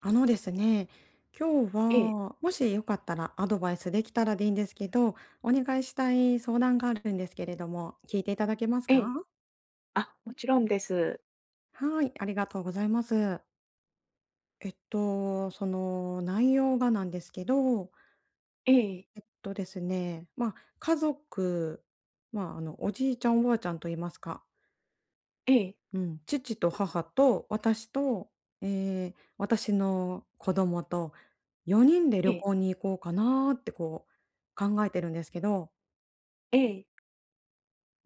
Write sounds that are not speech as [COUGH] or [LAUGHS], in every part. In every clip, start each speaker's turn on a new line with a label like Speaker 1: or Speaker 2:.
Speaker 1: あのですね、今日
Speaker 2: ええ、
Speaker 1: はもしよかったらアドバイスできたらでいいんですけど、お願いしたい相談があるんですけれども、聞いていただけます
Speaker 2: ええ。
Speaker 1: か？
Speaker 2: あ、もちろんです。
Speaker 1: はい、ありがとうございます。その内容がなんですけど、
Speaker 2: ええ、
Speaker 1: えっとですね、まあ、家族、まあ、おじいちゃん、おばあちゃんと言いますか、
Speaker 2: ええ、
Speaker 1: うん、父と母と私と、ええ、私の子供と4人で
Speaker 2: え
Speaker 1: 旅
Speaker 2: え、
Speaker 1: 行に行こうかなーってこう考えてるんですけど、
Speaker 2: ええ、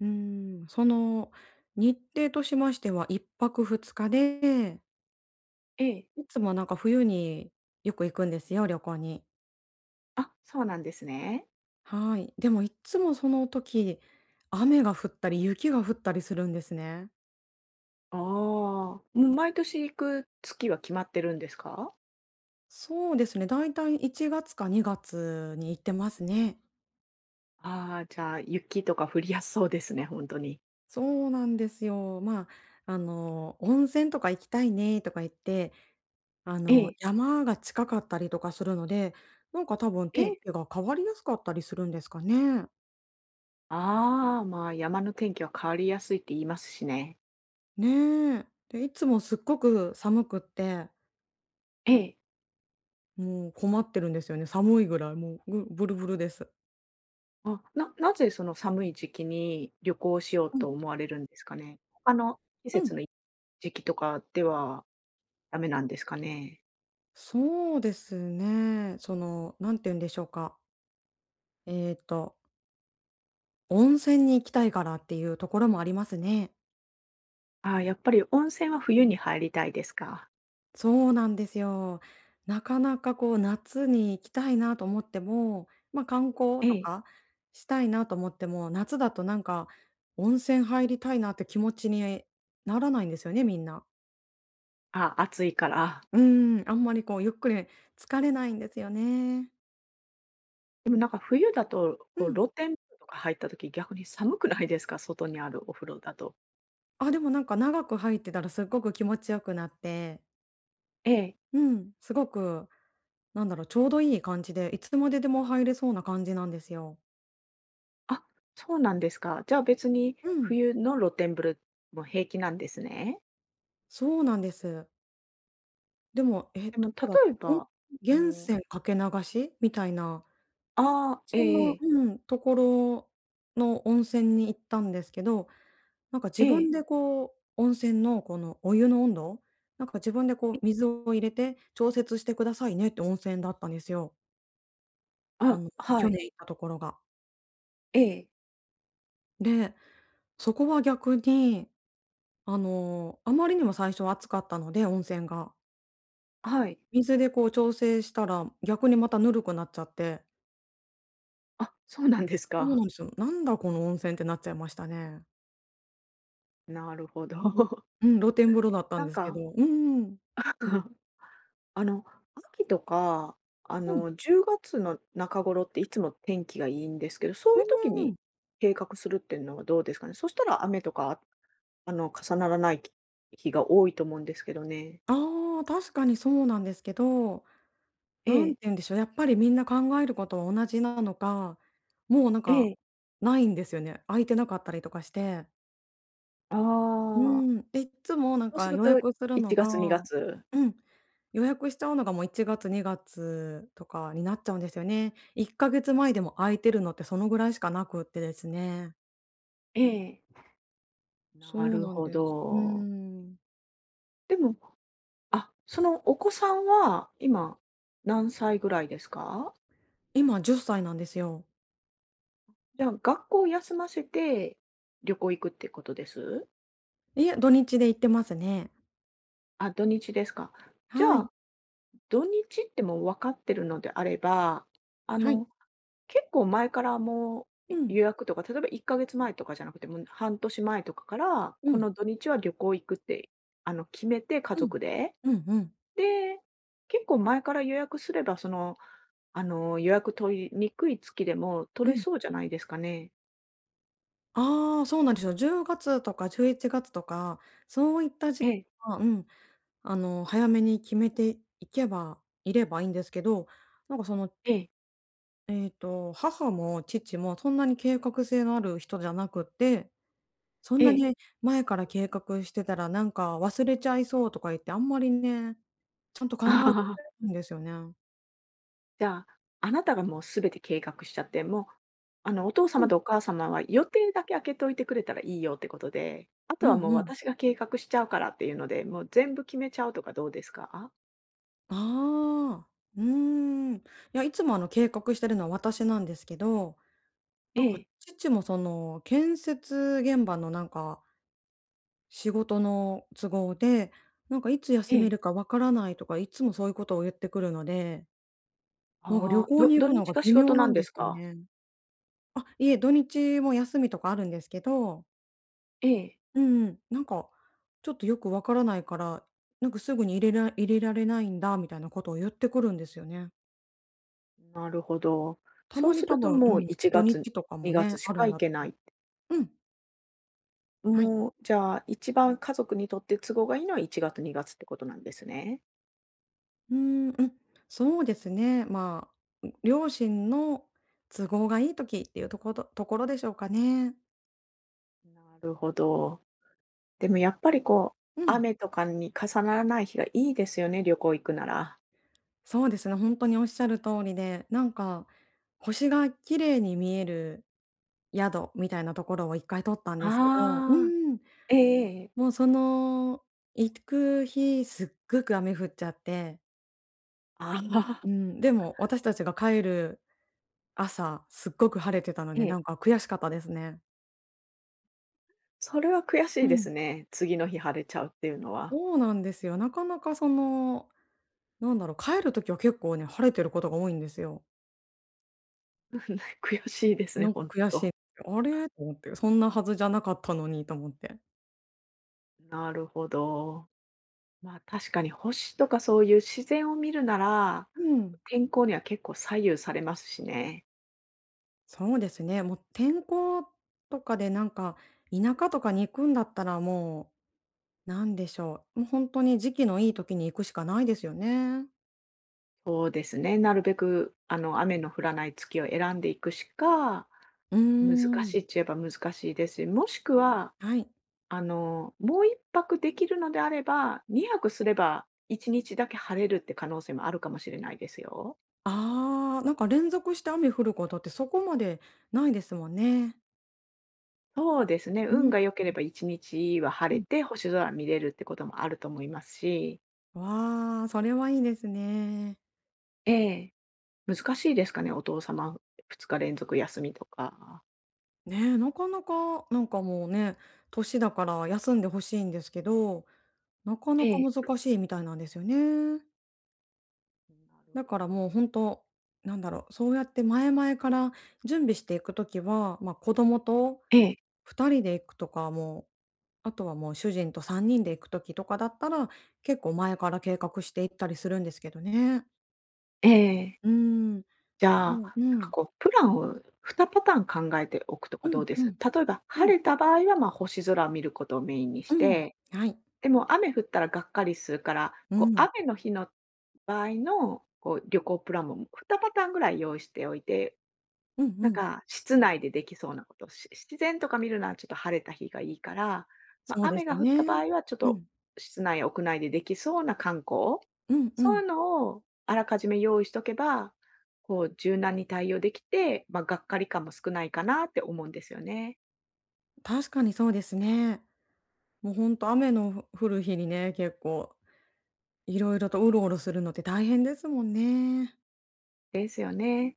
Speaker 1: うん、その日程としましては1泊2日で、
Speaker 2: ええ。
Speaker 1: いつもなんか冬によく行くんですよ、旅行に。
Speaker 2: あ、そうなんですね。
Speaker 1: はい。でもいつもその時、雨が降ったり雪が降ったりするんですね。
Speaker 2: ああ、もう毎年行く月は決まってるんですか？
Speaker 1: そうですね、だいたい1月か2月に行ってますね。
Speaker 2: ああ、じゃあ、雪とか降りやすそうですね、ほんとに。
Speaker 1: そうなんですよ。まあ、温泉とか行きたいねとか言って、
Speaker 2: ええ、
Speaker 1: 山が近かったりとかするので、なんか多分
Speaker 2: え
Speaker 1: 天
Speaker 2: え。
Speaker 1: 気が変わりやすかったりするんですかね。
Speaker 2: ああ、まあ、山の天気は変わりやすいって言いますしね。
Speaker 1: ねえ。で、いつもすっごく寒くって、
Speaker 2: ええ。
Speaker 1: もう困ってるんですよね。寒いぐらい、もうブルブルです。
Speaker 2: あ、なぜその寒い時期に旅行しよう
Speaker 1: う
Speaker 2: と
Speaker 1: ん、
Speaker 2: 思われるんですかね？他の季
Speaker 1: うん。
Speaker 2: 節の時期とかではダメなんですかね？
Speaker 1: そうですね。その、なんて言うんでしょうか。えっと、温泉に行きたいからっていうところもありますね。
Speaker 2: ああ、やっぱり温泉は冬に入りたいですか？
Speaker 1: そうなんですよ。なかなかこう夏に行きたいなと思っても、ま、観光
Speaker 2: え
Speaker 1: とか
Speaker 2: え。
Speaker 1: したいなと思っても、夏だとなんか温泉入りたいなって気持ちにならないんですよね、みんな。
Speaker 2: 暑いから、
Speaker 1: うん、あんまりこうゆっくり疲れないんですよね。
Speaker 2: でもなんか冬だと、
Speaker 1: う
Speaker 2: こう
Speaker 1: ん。
Speaker 2: 露天風呂とか入った時、逆に寒くないですか？[LAUGHS] 外にあるお風呂だと。
Speaker 1: あ、でもなんか長く入ってたらすっごく気持ちよくなって、
Speaker 2: ええ。
Speaker 1: うん、すごく、なんだろう、ちょうどいい感じで、いつまででも入れそうな感じなんですよ。
Speaker 2: あ、そうなんですか。じゃあ別に
Speaker 1: うん、
Speaker 2: 冬の露天風呂も平気なんですね。
Speaker 1: そうなんです。でも、
Speaker 2: でも
Speaker 1: どこだっ
Speaker 2: 例え
Speaker 1: け、ほん
Speaker 2: ば、あ
Speaker 1: 源
Speaker 2: の
Speaker 1: 泉かけ流しみたいな、
Speaker 2: ああ、え
Speaker 1: そん
Speaker 2: ええ
Speaker 1: な、
Speaker 2: え。
Speaker 1: うん、ところの温泉に行ったんですけど、なんか自分でこう、温泉のこのお湯の温度、なんか自分でこ
Speaker 2: え
Speaker 1: う
Speaker 2: え。
Speaker 1: 水を入れて調節してくださいねって温泉だったんですよ。あ
Speaker 2: あ、
Speaker 1: の、
Speaker 2: は
Speaker 1: 去
Speaker 2: い。
Speaker 1: 年行ったところが。
Speaker 2: ええ。
Speaker 1: で、そこは逆に、あの、あまりにも最初暑かったので、温泉が。
Speaker 2: はい。
Speaker 1: 水でこう調整したら、逆にまたぬるくなっちゃって、
Speaker 2: あ、そうなんです
Speaker 1: そうな
Speaker 2: か。
Speaker 1: んですよ。なんだこの温泉ってなっちゃいましたね。
Speaker 2: なるほど。[LAUGHS]
Speaker 1: うん、露天風呂だったん
Speaker 2: なん
Speaker 1: ですけ
Speaker 2: か
Speaker 1: ど。うんうん。
Speaker 2: [LAUGHS] あの、秋とか、
Speaker 1: うん。
Speaker 2: 10月の中頃っていつも天気がいいんですけど、そう
Speaker 1: う
Speaker 2: いう時に
Speaker 1: ん、
Speaker 2: 計画するっていうのはどうですかね。そしたら雨とか、重ならない日が多いと思うんですけどね。
Speaker 1: ああ、確かにそうなんですけど、
Speaker 2: え
Speaker 1: なん
Speaker 2: え、
Speaker 1: て言うんでしょう、やっぱりみんな考えることは同じなのか、もうなん
Speaker 2: え
Speaker 1: か
Speaker 2: え、
Speaker 1: ないんですよね。空いてなかったりとかして。
Speaker 2: あ
Speaker 1: う
Speaker 2: あ。
Speaker 1: ん。で、いっつもなん
Speaker 2: そうす
Speaker 1: か
Speaker 2: る
Speaker 1: 予
Speaker 2: と
Speaker 1: 約するの
Speaker 2: 1
Speaker 1: が、
Speaker 2: 月、2月。
Speaker 1: うん。予約しちゃうのがもう1月、2月とかになっちゃうんですよね。1ヶ月前でも空いてるのってそのぐらいしかなくってですね。
Speaker 2: ええ、
Speaker 1: そ
Speaker 2: な
Speaker 1: う
Speaker 2: る
Speaker 1: なん
Speaker 2: ほ
Speaker 1: です。うー
Speaker 2: ど。
Speaker 1: ん。
Speaker 2: でも、あ、そのお子さんは今何歳ぐらいですか？
Speaker 1: 今10歳なんですよ。
Speaker 2: じゃあ、学校を休ませて旅行行くってことです？
Speaker 1: え、土日で行ってますね。
Speaker 2: あ、土日ですか。じゃ
Speaker 1: はい。
Speaker 2: あ、土日ってもう分かってるのであれば、あ
Speaker 1: はい。
Speaker 2: の、結構前からもう、
Speaker 1: うん。
Speaker 2: 予約とか、例えば1ヶ月前とかじゃなくて、もう半年前とかから、
Speaker 1: う
Speaker 2: こ
Speaker 1: ん。
Speaker 2: の土日は旅行行くって、決めて家
Speaker 1: うん。
Speaker 2: 族で。
Speaker 1: うんうん。
Speaker 2: で、結構前から予約すれば、予約取りにくい月でも
Speaker 1: う
Speaker 2: 取れ
Speaker 1: ん。
Speaker 2: そうじゃないですかね。
Speaker 1: ああ、そうなんですよ。10月とか11月とか、そういった
Speaker 2: え
Speaker 1: 時期
Speaker 2: え、
Speaker 1: は、うん、早めに決めていればいいんですけど、なんかその、
Speaker 2: ええ、
Speaker 1: 母も父もそんなに計画性のある人じゃなくて、そん
Speaker 2: え
Speaker 1: な
Speaker 2: え。
Speaker 1: に前から計画してたら、なんか忘れちゃいそうとか言って、あんまりね、ちゃんと考えてくれ
Speaker 2: [LAUGHS]
Speaker 1: るんですよね。
Speaker 2: じゃあ、あなたがもうすべて計画しちゃって、もう、お父
Speaker 1: う
Speaker 2: 様
Speaker 1: ん、
Speaker 2: とお母様は予定だけ空けといてくれたらいいよってことで、あ
Speaker 1: う
Speaker 2: とはもう
Speaker 1: んうん。
Speaker 2: 私が計画しちゃうからっていうので、もう全部決めちゃうとかどうですか？
Speaker 1: ああ、うーん。いや、いつもあの計画してるのは私なんですけど、な
Speaker 2: え
Speaker 1: んか
Speaker 2: え、
Speaker 1: 父もその建設現場のなんか仕事の都合で、なんかいつ
Speaker 2: え
Speaker 1: 休め
Speaker 2: え。
Speaker 1: るかわからないとか、いつもそういうことを言ってくるので、なんか
Speaker 2: あ
Speaker 1: 旅
Speaker 2: あ、
Speaker 1: 行に行
Speaker 2: 土
Speaker 1: くの
Speaker 2: 日
Speaker 1: が
Speaker 2: が
Speaker 1: 微
Speaker 2: 仕事
Speaker 1: 妙な
Speaker 2: なん
Speaker 1: ん
Speaker 2: で
Speaker 1: で
Speaker 2: す
Speaker 1: すよ
Speaker 2: か？
Speaker 1: ね。あ、いえ、土日も休みとかあるんですけど、
Speaker 2: ええ、
Speaker 1: うん、なんか、ちょっとよくわからないから、なんかすぐに入れられないんだみたいなことを言ってくるんですよね。
Speaker 2: なるほど。
Speaker 1: た
Speaker 2: そう
Speaker 1: まに
Speaker 2: す
Speaker 1: 多
Speaker 2: ると
Speaker 1: 分、う
Speaker 2: もう
Speaker 1: ん、
Speaker 2: 1
Speaker 1: 土
Speaker 2: 月、
Speaker 1: 日とかも
Speaker 2: 2
Speaker 1: ね、
Speaker 2: 月し
Speaker 1: ある
Speaker 2: か
Speaker 1: ん
Speaker 2: 行
Speaker 1: だ、
Speaker 2: けない。
Speaker 1: うん、はい。
Speaker 2: もう、じゃあ、一番家族にとって都合がいいのは1月、2月ってことなんですね。
Speaker 1: うーん、うん、そうですね。まあ、両親の都合がいい時っていうところでしょうかね。
Speaker 2: なるほど。でもやっぱりこう、
Speaker 1: うん、
Speaker 2: 雨とかに重ならない日がいいですよね、旅行行くなら。
Speaker 1: そうですね、本当におっしゃる通りで、なんか、星が綺麗に見える宿みたいなところを一回取ったんですけど、う
Speaker 2: ああ。
Speaker 1: ん。
Speaker 2: ええええ。
Speaker 1: もうその、行く日すっごく雨降っちゃって、
Speaker 2: ああ。
Speaker 1: う
Speaker 2: [LAUGHS]
Speaker 1: ん、でも私たちが帰る朝、すっごく晴れてたの
Speaker 2: え
Speaker 1: で、な
Speaker 2: え、
Speaker 1: んか悔しかったですね。
Speaker 2: それは悔し
Speaker 1: う
Speaker 2: いです
Speaker 1: ん。
Speaker 2: ね。次の日晴れちゃうっていうのは。
Speaker 1: そうなんですよ。なかなかその、なんだろう、帰る時は結構ね、晴れてることが多いんですよ。
Speaker 2: [LAUGHS] 悔しいですね、
Speaker 1: なんか
Speaker 2: ほん
Speaker 1: 悔しい。
Speaker 2: と。
Speaker 1: あれ？と思って、そんなはずじゃなかったのにと思って。
Speaker 2: なるほど。まあ、確かに星とかそういう自然を見るなら、
Speaker 1: うん、
Speaker 2: 天候には結構左右されますしね。
Speaker 1: そうですね、もう天候とかでなんか、田舎とかに行くんだったらもう、なんでしょう。もう本当に時期のいい時に行くしかないですよね。
Speaker 2: そうですね、なるべく雨の降らない月を選んでいくしか、
Speaker 1: うー
Speaker 2: 難し
Speaker 1: ん。
Speaker 2: いっちゃえば難しいですし、もしくは
Speaker 1: はい。
Speaker 2: もう一泊できるのであれば、二泊すれば一日だけ晴れるって可能性もあるかもしれないですよ。
Speaker 1: ああ、なんか連続して雨降ることってそこまでないですもんね。
Speaker 2: そうですね、
Speaker 1: う
Speaker 2: 運
Speaker 1: ん
Speaker 2: が良ければ一日は晴
Speaker 1: う
Speaker 2: れ
Speaker 1: ん。
Speaker 2: て、星空見れるってこともあると思いますし、
Speaker 1: わあ、それはいいですね。
Speaker 2: ええ、難しいですかね、お父様2日連続休みとか。
Speaker 1: ねえ、なかなか、なんかもうね、年だから休んでほしいんですけど、なか
Speaker 2: え
Speaker 1: なか
Speaker 2: え。
Speaker 1: 難しいみたいなんですよね。
Speaker 2: なる
Speaker 1: だ
Speaker 2: ほ
Speaker 1: からも
Speaker 2: ど。
Speaker 1: う本当、なんだろう、そうやって前々から準備していく時は、ま、子供と
Speaker 2: ええ、
Speaker 1: 2人で行くとかも、あとはもう主人と3人で行く時とかだったら、結構前から計画して行ったりするんですけどね。
Speaker 2: ええ。
Speaker 1: うーん。
Speaker 2: じゃあ、
Speaker 1: もう、う
Speaker 2: なんか
Speaker 1: ん。
Speaker 2: こう、プランを2パターン考えておくとか
Speaker 1: う
Speaker 2: どう
Speaker 1: ん
Speaker 2: で
Speaker 1: う
Speaker 2: す？
Speaker 1: ん。
Speaker 2: 例えば、
Speaker 1: うん。
Speaker 2: 晴れた場合は、まあ、星空を見ることをメインにし
Speaker 1: うん。
Speaker 2: て、
Speaker 1: はい。
Speaker 2: でも雨降ったらがっかりするから、
Speaker 1: う
Speaker 2: こう
Speaker 1: ん。
Speaker 2: 雨の日の場合のこう旅行プランも2パターンぐらい用意しておいて、
Speaker 1: うん
Speaker 2: な
Speaker 1: う
Speaker 2: ん
Speaker 1: ん。
Speaker 2: か室内でできそうなこと、自然とか見るのはちょっと晴れた日がいいから、ま
Speaker 1: そ
Speaker 2: あ、
Speaker 1: うで
Speaker 2: 雨
Speaker 1: す
Speaker 2: が
Speaker 1: よ
Speaker 2: 降った
Speaker 1: ね。
Speaker 2: 場合はちょっ
Speaker 1: う
Speaker 2: と
Speaker 1: ん。
Speaker 2: 室内、屋内でできそうな観光、
Speaker 1: うんう
Speaker 2: そう
Speaker 1: ん。
Speaker 2: いうのをあらかじめ用意しとけば、こう柔軟に対応できて、まあ、がっかり感も少ないかなって思うんですよね。
Speaker 1: 確かにそうですね。もうほんと雨の降る日にね、結構いろいろとうろうろするのって大変ですもんね。
Speaker 2: ですよね。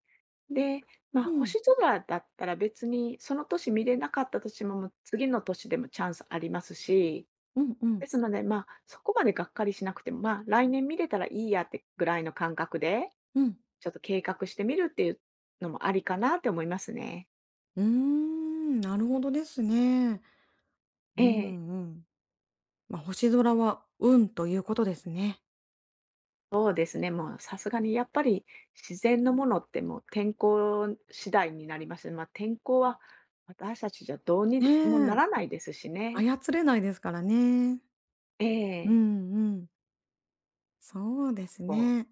Speaker 2: で、まあ
Speaker 1: うん。
Speaker 2: 星空だったら別にその年見れなかったとしても、もう次の年でもチャンスありますし、
Speaker 1: うんうん。
Speaker 2: ですので、まあそこまでがっかりしなくても、まあ来年見れたらいいやってぐらいの感覚で、
Speaker 1: うん。
Speaker 2: ちょっと計画してみるっていうのもありかなって思いますね。
Speaker 1: うーん、なるほどですね。う
Speaker 2: ええ、
Speaker 1: んうん。まあ、星空は運ということですね。
Speaker 2: そうですね、もうさすがにやっぱり自然のものってもう天候次第になります。まあ天候は私たちじゃどうに
Speaker 1: ね
Speaker 2: もな
Speaker 1: え。
Speaker 2: らないですしね。
Speaker 1: 操れないですからね。
Speaker 2: え
Speaker 1: う
Speaker 2: え、
Speaker 1: んうん。そうです
Speaker 2: こう
Speaker 1: ね。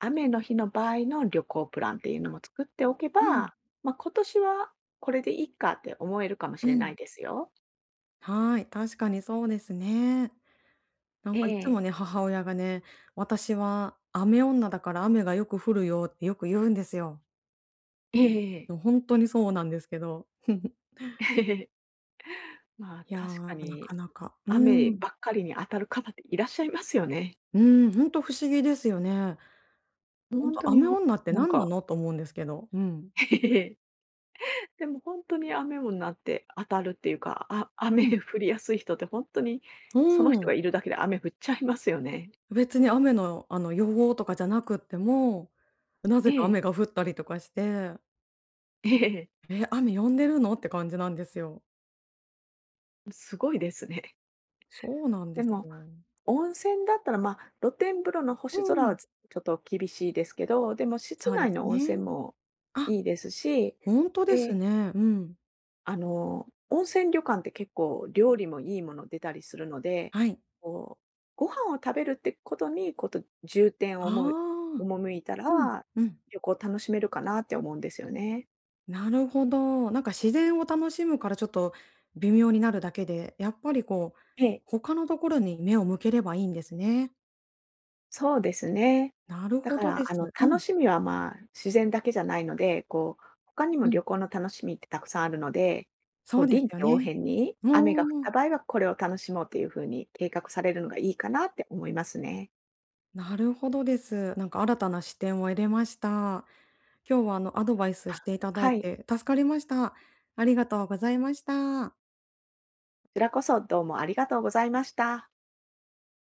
Speaker 2: 雨の日の場合の旅行プランっていうのも作っておけ
Speaker 1: うん。
Speaker 2: ば、まあ、今年はこれでいいかって思えるかも
Speaker 1: う
Speaker 2: しれな
Speaker 1: ん。
Speaker 2: いですよ。
Speaker 1: はい、確かにそうですね。なん
Speaker 2: え
Speaker 1: かいつ
Speaker 2: え。
Speaker 1: もね、母親がね、私は雨女だから雨がよく降るよってよく言うんですよ。
Speaker 2: えええ
Speaker 1: でも本当にそうなんですけど。[LAUGHS]
Speaker 2: え [LAUGHS]。まあ、
Speaker 1: いや
Speaker 2: 確か
Speaker 1: ー、なか
Speaker 2: に、
Speaker 1: なか。う
Speaker 2: 雨
Speaker 1: ん。
Speaker 2: ばっかりに当たる方っていらっしゃいますよね。
Speaker 1: うん、本当不思議ですよね。本
Speaker 2: 本
Speaker 1: 当
Speaker 2: 当に、
Speaker 1: 雨女って
Speaker 2: なん
Speaker 1: 何な
Speaker 2: か、
Speaker 1: のと思うんですけど。うん。
Speaker 2: [LAUGHS] ええ。でも本当に雨もなって当たるっていうか、雨
Speaker 1: うん。
Speaker 2: [LAUGHS] 降りやすい人って本当に、
Speaker 1: う
Speaker 2: その人が
Speaker 1: ん。
Speaker 2: いるだけで雨降っちゃいますよね。
Speaker 1: 別に雨の、あの、予報とかじゃなくっても、な
Speaker 2: え
Speaker 1: ぜか
Speaker 2: え、
Speaker 1: 雨が降ったりとかして、
Speaker 2: ええ。
Speaker 1: 「え、雨止んでるの？」って感じなんですよ。
Speaker 2: [LAUGHS] すごいですね。
Speaker 1: そうなんで
Speaker 2: で
Speaker 1: す
Speaker 2: も
Speaker 1: よ。
Speaker 2: 温泉だったら、まあ、露天風呂の星
Speaker 1: う
Speaker 2: 空は
Speaker 1: ん。
Speaker 2: ちょっと厳しいですけど、でも室
Speaker 1: そうで
Speaker 2: 内
Speaker 1: す
Speaker 2: の温泉
Speaker 1: ね。
Speaker 2: も
Speaker 1: あ、
Speaker 2: いいですし、
Speaker 1: ほんとです
Speaker 2: で、
Speaker 1: ね。うん。
Speaker 2: 温泉旅館って結構料理もいいもの出たりするので、
Speaker 1: はい。
Speaker 2: こう、ご飯を食べるってことに、重点を
Speaker 1: あ
Speaker 2: お
Speaker 1: あ、
Speaker 2: もう赴いた
Speaker 1: うん
Speaker 2: ら、
Speaker 1: うん。
Speaker 2: 旅行楽しめるかなって思うんですよね。
Speaker 1: なるほど。なんか自然を楽しむからちょっと微妙になるだけで、やっぱりこう、
Speaker 2: ええ。
Speaker 1: 他のところに目を向ければいいんですね。
Speaker 2: そうですね。
Speaker 1: なる
Speaker 2: だ
Speaker 1: ほ
Speaker 2: か
Speaker 1: ど
Speaker 2: ら、
Speaker 1: です。う
Speaker 2: 楽
Speaker 1: ん、
Speaker 2: しみは、まあ、自然だけじゃないので、こう、他にも
Speaker 1: うん。
Speaker 2: 旅行の楽しみってたくさんあるので、
Speaker 1: そ
Speaker 2: こう、
Speaker 1: うです
Speaker 2: 臨
Speaker 1: よ
Speaker 2: 機
Speaker 1: ね。
Speaker 2: 応変に
Speaker 1: うん
Speaker 2: 雨が降
Speaker 1: う
Speaker 2: っ
Speaker 1: んう
Speaker 2: た
Speaker 1: ん。
Speaker 2: 場合はこれを楽しもうというふうに計画されるのがいいかなって思いますね。
Speaker 1: なるほどです。なんか新たな視点を得れました。今日はあのアドバイスし
Speaker 2: あ。
Speaker 1: ていただい
Speaker 2: はい、こ
Speaker 1: て助かりました。ありがとうございました。
Speaker 2: ちらこそどうもありがとうございました。